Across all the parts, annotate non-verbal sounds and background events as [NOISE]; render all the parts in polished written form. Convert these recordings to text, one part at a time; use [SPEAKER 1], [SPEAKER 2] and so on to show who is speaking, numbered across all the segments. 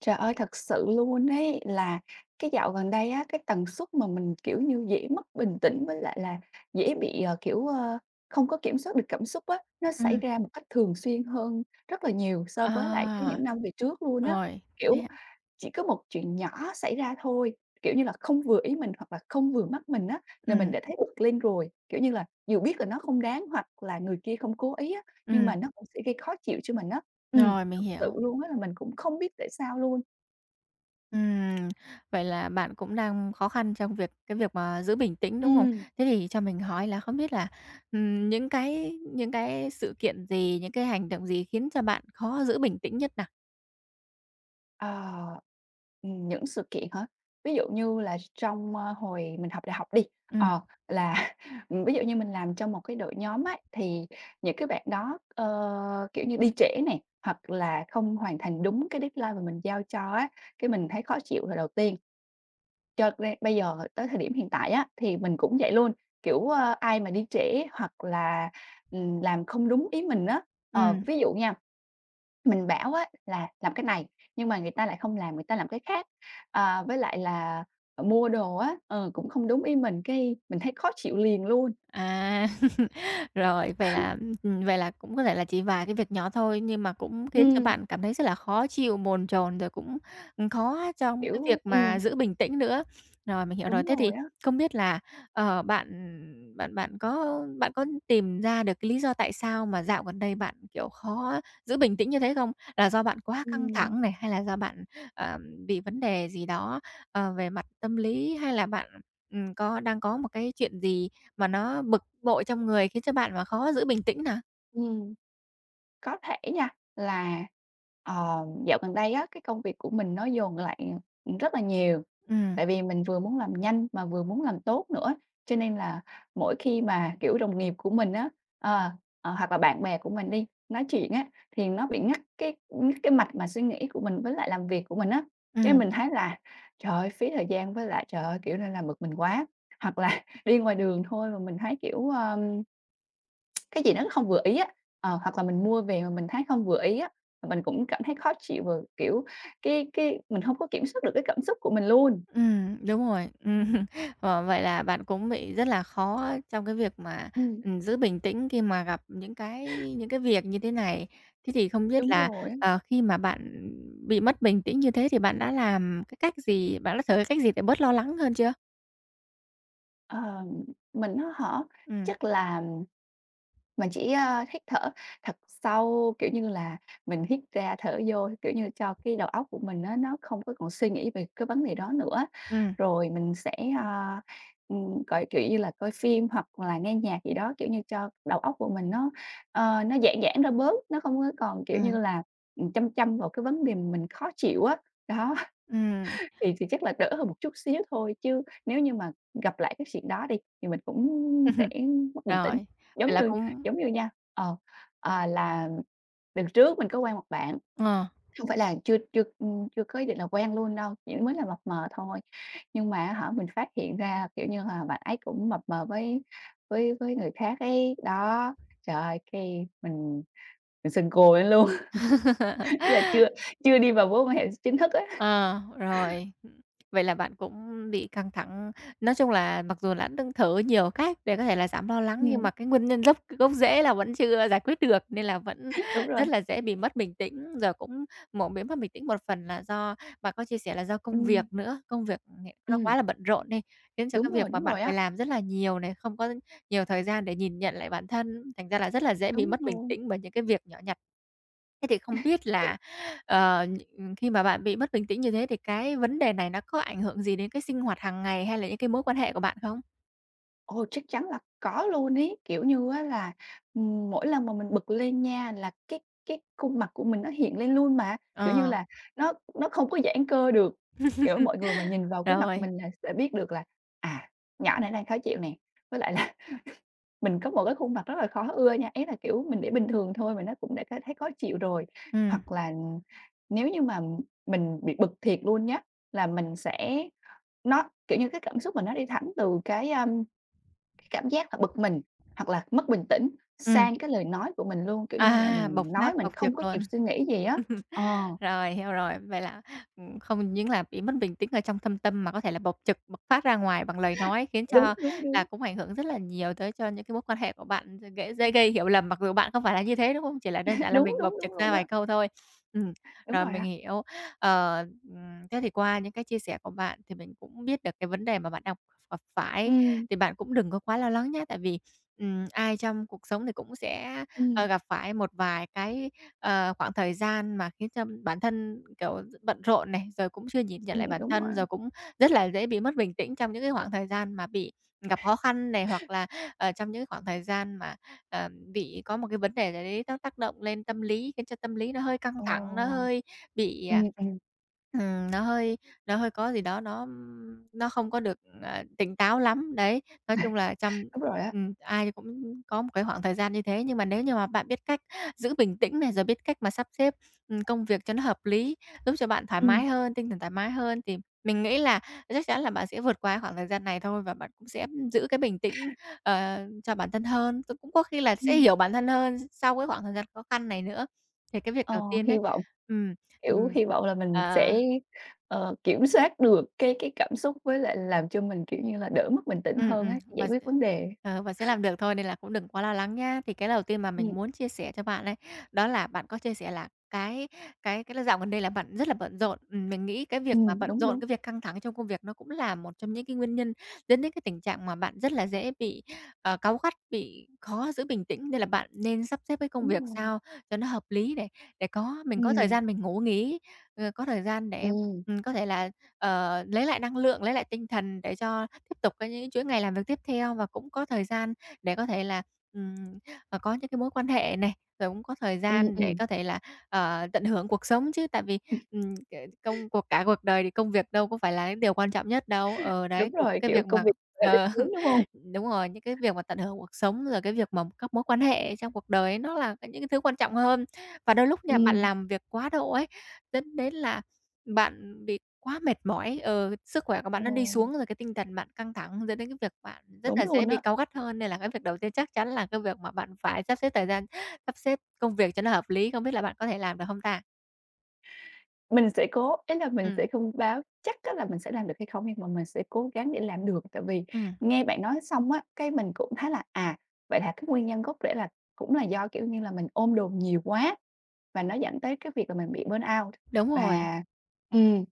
[SPEAKER 1] Trời ơi, thật sự luôn ấy, là cái dạo gần đây á, cái tần suất mà mình, kiểu như, dễ mất bình tĩnh với lại là dễ bị, kiểu, không có kiểm soát được cảm xúc á, nó xảy
[SPEAKER 2] Ừm,
[SPEAKER 1] ra một cách thường xuyên hơn rất là nhiều so với lại cái
[SPEAKER 2] à,
[SPEAKER 1] những năm về trước luôn á.
[SPEAKER 2] rồi, thế
[SPEAKER 1] Kiểu,
[SPEAKER 2] ạ.
[SPEAKER 1] chỉ có một chuyện nhỏ xảy ra thôi, kiểu như là, không vừa ý mình hoặc là không vừa mắt mình á, là mình
[SPEAKER 2] Ừm,
[SPEAKER 1] đã thấy bực lên rồi. Kiểu như là, dù biết là nó không đáng hoặc là người kia không cố ý á, nhưng
[SPEAKER 2] ừm,
[SPEAKER 1] mà nó cũng sẽ gây khó chịu cho mình á. Ừm.
[SPEAKER 2] rồi, mình
[SPEAKER 1] Thực sự
[SPEAKER 2] hiểu.
[SPEAKER 1] luôn á là mình cũng không biết tại sao luôn.
[SPEAKER 2] Ừm, vậy là bạn cũng đang khó khăn trong cái việc mà giữ bình tĩnh, đúng không?
[SPEAKER 1] Ừm.
[SPEAKER 2] Thế thì cho mình hỏi là không biết là, những cái sự kiện gì, những cái hành động gì khiến cho bạn khó giữ bình tĩnh nhất nào?
[SPEAKER 1] Ờ, những sự kiện hả? Ví dụ như là trong, hồi mình học đại học đi,
[SPEAKER 2] Ừm,
[SPEAKER 1] ờ, là, [LAUGHS] ví dụ như mình làm trong một cái đội nhóm ấy, thì những cái bạn đó, kiểu như, đi trễ nè, hoặc là không hoàn thành đúng cái deadline mà mình giao cho á, cái mình thấy khó chịu là đầu tiên. Cho ra bây giờ tới thời điểm hiện tại á, thì mình cũng vậy luôn, kiểu, ai mà đi trễ hoặc là, làm không đúng ý mình á, ờ,
[SPEAKER 2] ừm.
[SPEAKER 1] ví dụ nha, mình bảo á là làm cái này, nhưng mà người ta lại không làm, người ta làm cái khác. À, với lại là, mua đồ á, cũng không đúng ý mình, cái mình thấy khó chịu liền luôn.
[SPEAKER 2] À, [LAUGHS] rồi, vậy là cũng có thể là chỉ vài cái việc nhỏ thôi, nhưng mà cũng khiến cho
[SPEAKER 1] Ừm,
[SPEAKER 2] bạn cảm thấy rất là khó chịu, bồn chồn, rồi cũng, khó trong cái
[SPEAKER 1] kiểu
[SPEAKER 2] việc mà giữ bình tĩnh nữa. Rồi, mình hiểu rồi.
[SPEAKER 1] đúng
[SPEAKER 2] Thế thì
[SPEAKER 1] rồi á.
[SPEAKER 2] không biết là, bạn bạn bạn có tìm ra được cái lý do tại sao mà dạo gần đây bạn, kiểu, khó giữ bình tĩnh như thế không? Là do bạn quá căng
[SPEAKER 1] Ừm.
[SPEAKER 2] thẳng này, hay là do bạn, ờ, bị vấn đề gì đó, về mặt tâm lý, hay là bạn, đang có một cái chuyện gì mà nó bực bội trong người khiến cho bạn mà khó giữ bình tĩnh nè.
[SPEAKER 1] Ừm. Có thể nha, là, dạo gần đây á, cái công việc của mình nó dồn lại rất là nhiều,
[SPEAKER 2] Ừm,
[SPEAKER 1] tại vì mình vừa muốn làm nhanh mà vừa muốn làm tốt nữa. Cho nên là mỗi khi mà, kiểu, đồng nghiệp của mình á, ờ, hoặc là bạn bè của mình đi, nói chuyện á, thì nó bị ngắt cái mạch mà suy nghĩ của mình với lại làm việc của mình á. Cái
[SPEAKER 2] ừm,
[SPEAKER 1] mình thấy là, trời ơi, phí thời gian với lại, trời ơi, kiểu như là, bực mình quá. Hoặc là [LAUGHS] đi ngoài đường thôi mà mình thấy, kiểu, ờ cái gì đó nó không vừa ý á, hoặc là mình mua về mà mình thấy không vừa ý á, là mình cũng cảm thấy khó chịu và, kiểu, cái mình không có kiểm soát được cái cảm xúc của mình luôn.
[SPEAKER 2] đúng rồi. [LAUGHS] Vậy là bạn cũng bị rất là khó trong cái việc mà,
[SPEAKER 1] Ừm.
[SPEAKER 2] giữ bình tĩnh khi mà gặp những cái việc như thế này. Thế thì không biết
[SPEAKER 1] Đúng
[SPEAKER 2] là,
[SPEAKER 1] rồi á,
[SPEAKER 2] khi mà bạn bị mất bình tĩnh như thế thì bạn đã làm cái cách gì? Bạn đã thử cái cách gì để bớt lo lắng hơn chưa?
[SPEAKER 1] ờ, mình á hả,
[SPEAKER 2] Ừm,
[SPEAKER 1] chắc là mình chỉ, hít thở thật sâu, kiểu như là, mình hít ra thở vô, kiểu như, cho cái đầu óc của mình á, nó không có còn suy nghĩ về cái vấn đề đó nữa.
[SPEAKER 2] ừm,
[SPEAKER 1] Rồi mình sẽ, ờ, coi, kiểu như là, coi phim hoặc là nghe nhạc gì đó, kiểu như, cho đầu óc của mình nó, nó giãn giãn ra bớt, nó không có còn, kiểu
[SPEAKER 2] ừm,
[SPEAKER 1] như là, chăm chăm vào cái vấn đề mình khó chịu á, đó.
[SPEAKER 2] ừm.
[SPEAKER 1] Thì chắc là đỡ hơn một chút xíu thôi, chứ nếu như mà gặp lại cái chuyện đó đi, thì mình cũng sẽ
[SPEAKER 2] [LAUGHS]
[SPEAKER 1] mất bình tĩnh.
[SPEAKER 2] Rồi, vậy
[SPEAKER 1] Giống
[SPEAKER 2] là
[SPEAKER 1] như
[SPEAKER 2] cũng
[SPEAKER 1] giống như nha, là đợt trước mình có quen một bạn,
[SPEAKER 2] ờ.
[SPEAKER 1] không phải là chưa chưa, chưa có ý định là quen luôn đâu, chỉ mới là mập mờ thôi. Nhưng mà á hả, mình phát hiện ra, kiểu như là, bạn ấy cũng mập mờ với với người khác ấy, đó. Trời ơi, cái mình sân cô lên luôn, [LAUGHS] ý là chưa
[SPEAKER 2] [LAUGHS]
[SPEAKER 1] chưa đi vào mối quan hệ chính thức ấy.
[SPEAKER 2] Ờ, rồi. Vậy là bạn cũng bị căng thẳng. Nói chung là mặc dù đã đưng thử nhiều cách để có thể là giảm lo lắng, nhưng mà
[SPEAKER 1] Ừm,
[SPEAKER 2] cái nguyên nhân gốc gốc rễ là vẫn chưa giải quyết được, nên là vẫn
[SPEAKER 1] đúng
[SPEAKER 2] [LAUGHS] rất
[SPEAKER 1] rồi,
[SPEAKER 2] là dễ bị mất bình tĩnh. Rồi cũng một bị mất bình tĩnh một phần là do bạn có chia sẻ là do
[SPEAKER 1] ừ,
[SPEAKER 2] công việc nữa, công việc hiện nó
[SPEAKER 1] ừ.
[SPEAKER 2] quá là bận rộn đi, khiến cho cái việc mà
[SPEAKER 1] Đúng
[SPEAKER 2] bạn
[SPEAKER 1] rồi
[SPEAKER 2] phải
[SPEAKER 1] á.
[SPEAKER 2] làm rất là nhiều này, không có nhiều thời gian để nhìn nhận lại bản thân, thành ra là rất là dễ bị
[SPEAKER 1] Đúng
[SPEAKER 2] mất bình
[SPEAKER 1] luôn.
[SPEAKER 2] tĩnh bởi những cái việc nhỏ nhặt. Thế thì không biết
[SPEAKER 1] Đúng.
[SPEAKER 2] là, ờ, khi mà bạn bị mất bình tĩnh như thế thì cái vấn đề này nó có ảnh hưởng gì đến cái sinh hoạt hàng ngày hay là những cái mối quan hệ của bạn không?
[SPEAKER 1] Ồ, chắc chắn là có luôn ấy, kiểu như á là, mỗi lần mà mình bật lên nha là cái khuôn mặt của mình nó hiện lên luôn mà, kiểu như
[SPEAKER 2] Ờ,
[SPEAKER 1] là, nó nó không có giãn cơ được. Kiểu, mọi người mà nhìn vào cái mặt
[SPEAKER 2] rồi,
[SPEAKER 1] mình là sẽ biết được là, à, nhỏ này đang khó chịu nè, với lại là mình có một cái khuôn mặt rất là khó ưa nha, ý là, kiểu, mình để bình thường thôi mà nó cũng đã thấy thấy khó chịu rồi.
[SPEAKER 2] ừm,
[SPEAKER 1] Hoặc là nếu như mà mình bị bực thiệt luôn nhá, là mình sẽ nó kiểu như, cái cảm xúc mà nó đi thẳng từ cái, cái cảm giác là bực mình, hoặc là mất bình tĩnh
[SPEAKER 2] ừm,
[SPEAKER 1] sang cái lời nói của mình luôn, kiểu như là,
[SPEAKER 2] à, bộc
[SPEAKER 1] mình nói
[SPEAKER 2] phát,
[SPEAKER 1] mình
[SPEAKER 2] bộc trực
[SPEAKER 1] không có kịp
[SPEAKER 2] luôn.
[SPEAKER 1] suy nghĩ gì á. Ờ,
[SPEAKER 2] Rồi, hiểu rồi. Vậy là, không những là bị mất bình tĩnh ở trong thâm tâm mà có thể là bộc trực, bộc phát ra ngoài bằng lời nói, khiến cho
[SPEAKER 1] đúng, đúng,
[SPEAKER 2] là
[SPEAKER 1] đúng.
[SPEAKER 2] cũng ảnh hưởng rất là nhiều tới cho những cái mối quan hệ của bạn, rồi ghễ dễ gây hiểu lầm mặc dù bạn không phải là như thế, đúng không? Chỉ là đơn
[SPEAKER 1] [LAUGHS]
[SPEAKER 2] giản là
[SPEAKER 1] Đúng,
[SPEAKER 2] mình bộc
[SPEAKER 1] đúng, đúng
[SPEAKER 2] trực ra
[SPEAKER 1] luôn đó,
[SPEAKER 2] vài câu thôi. Ừm,
[SPEAKER 1] đúng
[SPEAKER 2] rồi
[SPEAKER 1] rồi
[SPEAKER 2] mình
[SPEAKER 1] á.
[SPEAKER 2] hiểu. Ờ, Thế thì qua những cái chia sẻ của bạn thì mình cũng biết được cái vấn đề mà bạn đang gặp phải,
[SPEAKER 1] Ừm,
[SPEAKER 2] thì bạn cũng đừng có quá lo lắng nhé, tại vì, ai trong cuộc sống thì cũng sẽ
[SPEAKER 1] ừm,
[SPEAKER 2] gặp phải một vài cái, khoảng thời gian mà khiến cho bản thân, kiểu, bận rộn này, rồi cũng chưa nhìn nhận lại bản
[SPEAKER 1] đúng rồi
[SPEAKER 2] thân,
[SPEAKER 1] á.
[SPEAKER 2] rồi cũng rất là dễ bị mất bình tĩnh trong những cái khoảng thời gian mà bị gặp khó khăn này, hoặc là, trong những khoảng thời gian mà, bị có một cái vấn đề gì đấy nó tác động lên tâm lý, khiến cho tâm lý nó hơi căng
[SPEAKER 1] Ồ,
[SPEAKER 2] thẳng, nó hơi bị,
[SPEAKER 1] ừm, ừm,
[SPEAKER 2] Ừm, nó hơi nó hơi có gì đó nó không có được, tỉnh táo lắm, đấy. Nói chung là trong
[SPEAKER 1] [LAUGHS] đúng rồi á.
[SPEAKER 2] ai cũng có một cái khoảng thời gian như thế, nhưng mà nếu như mà bạn biết cách giữ bình tĩnh này, rồi biết cách mà sắp xếp, công việc cho nó hợp lý, giúp cho bạn thoải
[SPEAKER 1] Ừm,
[SPEAKER 2] mái hơn, tinh thần thoải mái hơn thì mình nghĩ là chắc chắn là bạn sẽ vượt qua khoảng thời gian này thôi và bạn cũng sẽ giữ cái bình tĩnh, cho bản thân hơn, rồi cũng có khi là sẽ
[SPEAKER 1] ừm.
[SPEAKER 2] hiểu bản thân hơn sau cái khoảng thời gian khó khăn này nữa. Thì cái việc
[SPEAKER 1] Ờ,
[SPEAKER 2] đầu tiên đấy
[SPEAKER 1] hy vọng,
[SPEAKER 2] ừm,
[SPEAKER 1] kiểu,
[SPEAKER 2] ừm
[SPEAKER 1] hy vọng là mình
[SPEAKER 2] Ờ,
[SPEAKER 1] sẽ, kiểm soát được cái cảm xúc với lại làm cho mình, kiểu như là, đỡ mất bình tĩnh
[SPEAKER 2] ừm,
[SPEAKER 1] hơn
[SPEAKER 2] ừm,
[SPEAKER 1] á, giải
[SPEAKER 2] mình
[SPEAKER 1] quyết
[SPEAKER 2] sẽ
[SPEAKER 1] vấn đề.
[SPEAKER 2] mình sẽ làm được thôi nên là cũng đừng quá lo lắng nhá. Thì cái đầu tiên mà mình
[SPEAKER 1] Ừm,
[SPEAKER 2] muốn chia sẻ cho bạn ấy, đó là bạn có chia sẻ là cái là dạo gần đây là bạn rất là bận rộn. Mình nghĩ cái việc mà bận
[SPEAKER 1] đúng,
[SPEAKER 2] rộn,
[SPEAKER 1] đúng,
[SPEAKER 2] cái việc căng thẳng trong công việc nó cũng là một trong những cái nguyên nhân dẫn đến cái tình trạng mà bạn rất là dễ bị, cáu gắt, bị khó giữ bình tĩnh. Nên là bạn nên sắp xếp cái công
[SPEAKER 1] đúng
[SPEAKER 2] việc
[SPEAKER 1] rồi,
[SPEAKER 2] sao cho nó hợp lý để có mình có thời
[SPEAKER 1] ừm.
[SPEAKER 2] gian mình ngủ nghỉ, có thời gian để,
[SPEAKER 1] Ừm,
[SPEAKER 2] có thể là lấy lại năng lượng, lấy lại tinh thần để cho tiếp tục cái những chuỗi ngày làm việc tiếp theo và cũng có thời gian để có thể là, ừm, có những cái mối quan hệ này, rồi cũng có thời
[SPEAKER 1] ừm,
[SPEAKER 2] gian để
[SPEAKER 1] ừm.
[SPEAKER 2] có thể là, tận hưởng cuộc sống chứ. Tại vì, ừm, c công cuộc cả cuộc đời thì công việc đâu có phải là cái điều quan trọng nhất đâu. Ờ, đấy,
[SPEAKER 1] Đúng
[SPEAKER 2] cuộc
[SPEAKER 1] rồi,
[SPEAKER 2] cái
[SPEAKER 1] kiểu,
[SPEAKER 2] việc mà
[SPEAKER 1] công việc là đích
[SPEAKER 2] ờ,
[SPEAKER 1] đến,
[SPEAKER 2] [LAUGHS]
[SPEAKER 1] đúng hông?
[SPEAKER 2] đúng rồi, những cái việc mà tận hưởng cuộc sống, rồi cái việc mà các mối quan hệ trong cuộc đời ấy nó là cái những cái thứ quan trọng hơn. Và đôi lúc nha, bạn
[SPEAKER 1] Ừm,
[SPEAKER 2] làm việc quá độ ấy, dẫn đến là bạn bị quá mệt mỏi, sức khỏe của
[SPEAKER 1] ờ,
[SPEAKER 2] bạn nó đi xuống rồi cái tinh thần bạn căng thẳng dẫn đến cái việc bạn rất là
[SPEAKER 1] đúng
[SPEAKER 2] dễ
[SPEAKER 1] luôn
[SPEAKER 2] bị
[SPEAKER 1] á.
[SPEAKER 2] cáu gắt hơn, nên là cái việc đầu tiên chắc chắn là cái việc mà bạn phải sắp xếp thời gian, sắp xếp công việc cho nó hợp lý, không biết là bạn có thể làm được không ta?
[SPEAKER 1] Mình sẽ cố, ý là mình sẽ
[SPEAKER 2] Ừm,
[SPEAKER 1] không báo chắc á là mình sẽ làm được hay không, nhưng mà mình sẽ cố gắng để làm được. Tại vì
[SPEAKER 2] ừm,
[SPEAKER 1] nghe bạn nói xong á, cái mình cũng thấy là, à, vậy là cái nguyên nhân gốc rễ là cũng là do, kiểu như là, mình ôm đồm nhiều quá và nó dẫn tới cái việc là mình bị burnout
[SPEAKER 2] đúng rồi,
[SPEAKER 1] và ừm.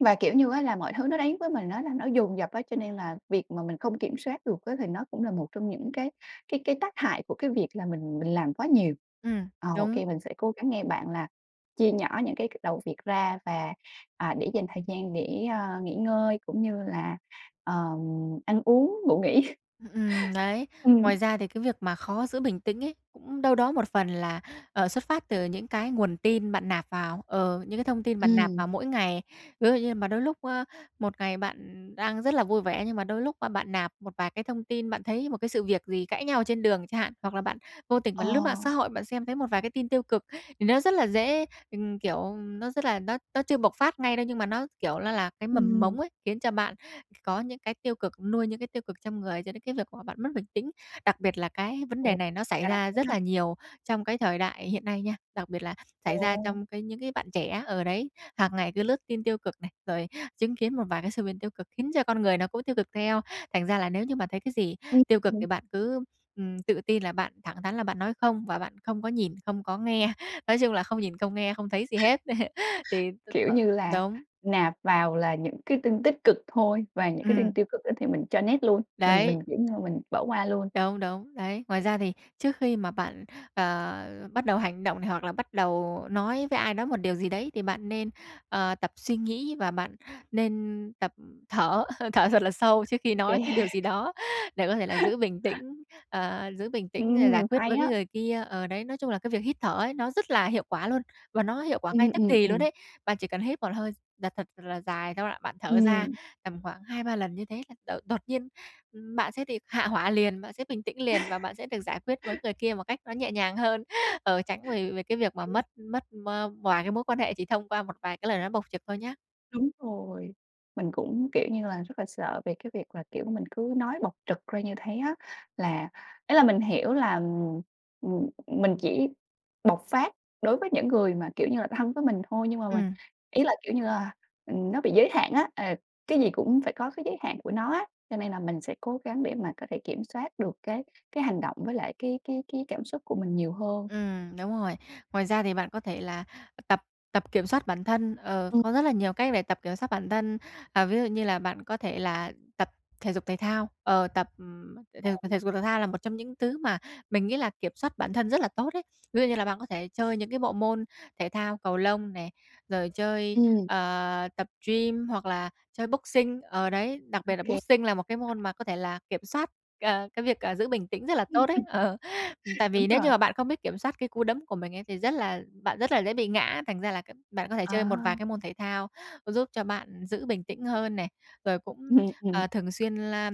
[SPEAKER 1] Và, kiểu như á, là mọi thứ nó đến với mình á là nó dồn dập á, cho nên là việc mà mình không kiểm soát được á thì nó cũng là một trong những cái tác hại của cái việc là mình làm quá nhiều.
[SPEAKER 2] ừm,
[SPEAKER 1] Ờ,
[SPEAKER 2] đúng.
[SPEAKER 1] OK, mình sẽ cố gắng nghe bạn là chia nhỏ những cái đầu việc ra và, à, để dành thời gian để, nghỉ ngơi cũng như là, ờm, ăn uống, ngủ nghỉ. [LAUGHS]
[SPEAKER 2] Ừm, đấy.
[SPEAKER 1] Ừm.
[SPEAKER 2] Ngoài ra thì cái việc mà khó giữ bình tĩnh ấy, cũng đâu đó một phần là, xuất phát từ những cái nguồn tin bạn nạp vào, những cái thông tin bạn nạp
[SPEAKER 1] Ừm.
[SPEAKER 2] vào mỗi ngày. Ví dụ như mà đôi lúc, một ngày bạn đang rất là vui vẻ, nhưng mà đôi lúc mà bạn nạp một vài cái thông tin, bạn thấy một cái sự việc gì cãi nhau trên đường chẳng hạn, hoặc là bạn vô tình
[SPEAKER 1] Ờ.
[SPEAKER 2] bạn lướt mạng xã hội, bạn xem thấy một vài cái tin tiêu cực thì nó rất là dễ, kiểu, nó rất là nó chưa bộc phát ngay đâu, nhưng mà nó, kiểu, là cái mầm
[SPEAKER 1] Ừm.
[SPEAKER 2] mống ấy, khiến cho bạn có những cái tiêu cực, nuôi những cái tiêu cực trong người cho đến cái việc mà bạn mất bình tĩnh. Đặc biệt là cái vấn đề
[SPEAKER 1] Ồ,
[SPEAKER 2] này nó xảy
[SPEAKER 1] ra là
[SPEAKER 2] ra
[SPEAKER 1] thế
[SPEAKER 2] rất
[SPEAKER 1] ha.
[SPEAKER 2] là nhiều trong cái thời đại hiện nay nha, đặc biệt là xảy ra
[SPEAKER 1] Ồ.
[SPEAKER 2] trong cái những cái bạn trẻ ở đấy, hàng ngày cứ lướt tin tiêu cực này, rồi chứng kiến một vài cái sự việc tiêu cực khiến cho con người nó cũng tiêu cực theo. Thành ra là nếu như mà thấy cái gì tiêu cực thì
[SPEAKER 1] Ừm.
[SPEAKER 2] bạn cứ, tự tin là bạn thẳng thắn là bạn nói không và bạn không có nhìn, không có nghe, nói chung là không nhìn, không nghe, không thấy gì hết. [LAUGHS] Thì
[SPEAKER 1] Kiểu như là,
[SPEAKER 2] đúng,
[SPEAKER 1] nạp vào là những cái tin tích cực thôi và những cái tin
[SPEAKER 2] ừm,
[SPEAKER 1] tiêu cực á thì mình cho net luôn,
[SPEAKER 2] đấy.
[SPEAKER 1] kiểu như mình bỏ qua luôn.
[SPEAKER 2] Đúng, đúng, đấy. Ngoài ra thì trước khi mà bạn, ờ, bắt đầu hành động này hoặc là bắt đầu nói với ai đó một điều gì đấy thì bạn nên, tập suy nghĩ và bạn nên tập thở, [LAUGHS] thở thật là sâu trước khi
[SPEAKER 1] OK. [LAUGHS]
[SPEAKER 2] nói cái điều
[SPEAKER 1] Kê.
[SPEAKER 2] gì đó để có thể là giữ bình tĩnh, giữ bình tĩnh rồi giải quyết
[SPEAKER 1] Hay
[SPEAKER 2] với cái
[SPEAKER 1] á.
[SPEAKER 2] người kia. Ở đấy, nói chung là cái việc hít thở ấy nó rất là hiệu quả luôn và nó hiệu quả ngay
[SPEAKER 1] Ừm,
[SPEAKER 2] tức
[SPEAKER 1] ừm,
[SPEAKER 2] thì luôn
[SPEAKER 1] ừm.
[SPEAKER 2] đấy. Bạn chỉ cần hít một hơi là thật là dài thôi là bạn thở ra
[SPEAKER 1] Ừm.
[SPEAKER 2] tầm khoảng hai ba lần như thế là đột nhiên bạn sẽ bị hạ hỏa liền, bạn sẽ bình tĩnh liền và bạn sẽ được giải quyết với người kia một cách nó nhẹ nhàng hơn, [LAUGHS] tránh về về cái việc mà mất mất, ơ, vài cái mối quan hệ chỉ thông qua một vài cái lời nói bộc trực thôi nhá.
[SPEAKER 1] Đúng rồi, mình cũng, kiểu như là, rất là sợ về cái việc là, kiểu, mình cứ nói bộc trực ra như thế á, là ý là mình hiểu là, ừm, mình chỉ bộc phát đối với những người mà, kiểu như là, thân với mình thôi, nhưng mà
[SPEAKER 2] Ừ,
[SPEAKER 1] mình ý là, kiểu như là, nó bị giới hạn á, cái gì cũng phải có cái giới hạn của nó á, cho nên là mình sẽ cố gắng để mà có thể kiểm soát được cái hành động với lại cái cảm xúc của mình nhiều hơn.
[SPEAKER 2] ừm, đúng rồi. Ngoài ra thì bạn có thể là tập tập kiểm soát bản thân,
[SPEAKER 1] Ừm,
[SPEAKER 2] có rất là nhiều cách để tập kiểm soát bản thân. À, ví dụ như là bạn có thể là tập thể dục thể thao, thể thể thể dục thể thao là một trong những thứ mà mình nghĩ là kiểm soát bản thân rất là tốt đấy. Ví dụ như là bạn có thể chơi những cái bộ môn thể thao cầu lông này, rồi
[SPEAKER 1] ừm.
[SPEAKER 2] tập gym hoặc là chơi boxing. Ở đấy, đặc
[SPEAKER 1] Ô
[SPEAKER 2] biệt là
[SPEAKER 1] kê,
[SPEAKER 2] boxing là một cái môn mà có thể là kiểm soát, cái việc, giữ bình tĩnh rất là tốt đấy.
[SPEAKER 1] [LAUGHS]
[SPEAKER 2] Ờ. Tại vì
[SPEAKER 1] đúng
[SPEAKER 2] nếu như
[SPEAKER 1] rồi,
[SPEAKER 2] mà bạn không biết kiểm soát cái cú đấm của mình ấy thì rất là bạn rất là dễ bị ngã, thành ra là cái bạn có thể
[SPEAKER 1] ờ,
[SPEAKER 2] chơi một vài cái môn thể thao giúp cho bạn giữ bình tĩnh hơn này, rồi cũng,
[SPEAKER 1] ừm, ừm,
[SPEAKER 2] thường xuyên la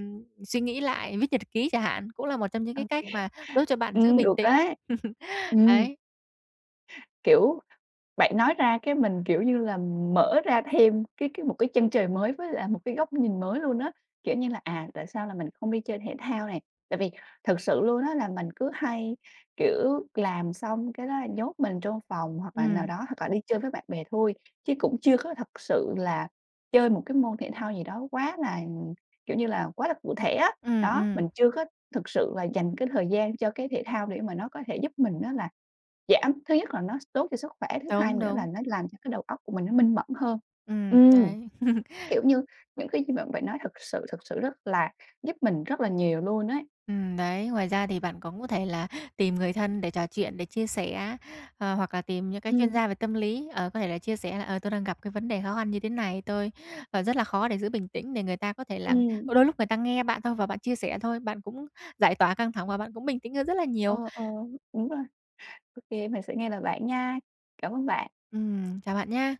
[SPEAKER 2] suy nghĩ lại, viết nhật ký chẳng hạn, cũng là một trong những
[SPEAKER 1] ô
[SPEAKER 2] cái cách
[SPEAKER 1] kê.
[SPEAKER 2] mà giúp cho bạn giữ bình
[SPEAKER 1] Được
[SPEAKER 2] tĩnh.
[SPEAKER 1] đấy.
[SPEAKER 2] [LAUGHS]
[SPEAKER 1] Ừm,
[SPEAKER 2] Đấy,
[SPEAKER 1] kiểu, bạn nói ra cái mình, kiểu như là, mở ra thêm cái một cái chân trời mới với lại một cái góc nhìn mới luôn á, kiểu như là, à, tại sao là mình không đi chơi thể thao này? Tại vì thật sự luôn á là mình cứ hay, kiểu, làm xong cái đó là nhốt mình trong phòng hoặc là nào
[SPEAKER 2] ừm,
[SPEAKER 1] đó, hoặc là đi chơi với bạn bè thôi, chứ cũng chưa có thật sự là chơi một cái môn thể thao gì đó quá là, kiểu như là, quá là cụ thể á.
[SPEAKER 2] ừm,
[SPEAKER 1] Đó,
[SPEAKER 2] ừm,
[SPEAKER 1] mình chưa có thực sự là dành cái thời gian cho cái thể thao để mà nó có thể giúp mình đó là giảm, thứ nhất là nó tốt cho sức khỏe, thứ hai
[SPEAKER 2] đúng,
[SPEAKER 1] nữa
[SPEAKER 2] đúng,
[SPEAKER 1] là nó làm cho cái đầu óc của mình nó minh mẫn hơn. Ừm,
[SPEAKER 2] đấy. [LAUGHS]
[SPEAKER 1] kiểu như, những cái gì bạn bạn nói thật sự thực sự rất là giúp mình rất là nhiều luôn ấy.
[SPEAKER 2] Đấy, ngoài ra thì bạn cũng có thể là tìm người thân để trò chuyện, để chia sẻ, hoặc là tìm những cái chuyên
[SPEAKER 1] Ừm,
[SPEAKER 2] gia về tâm lý, có thể là chia sẻ là "Ờ, tôi đang gặp cái vấn đề khó khăn như thế này, tôi, rất là khó để giữ bình tĩnh." Để người ta có thể là
[SPEAKER 1] ừm,
[SPEAKER 2] đôi lúc người ta nghe bạn thôi và bạn chia sẻ thôi, bạn cũng giải tỏa căng thẳng và bạn cũng bình tĩnh hơn rất là nhiều.
[SPEAKER 1] ờ, ờ, đúng rồi. Ô kê, mình sẽ nghe lời bạn nha. Cảm ơn bạn.
[SPEAKER 2] Chào bạn nha.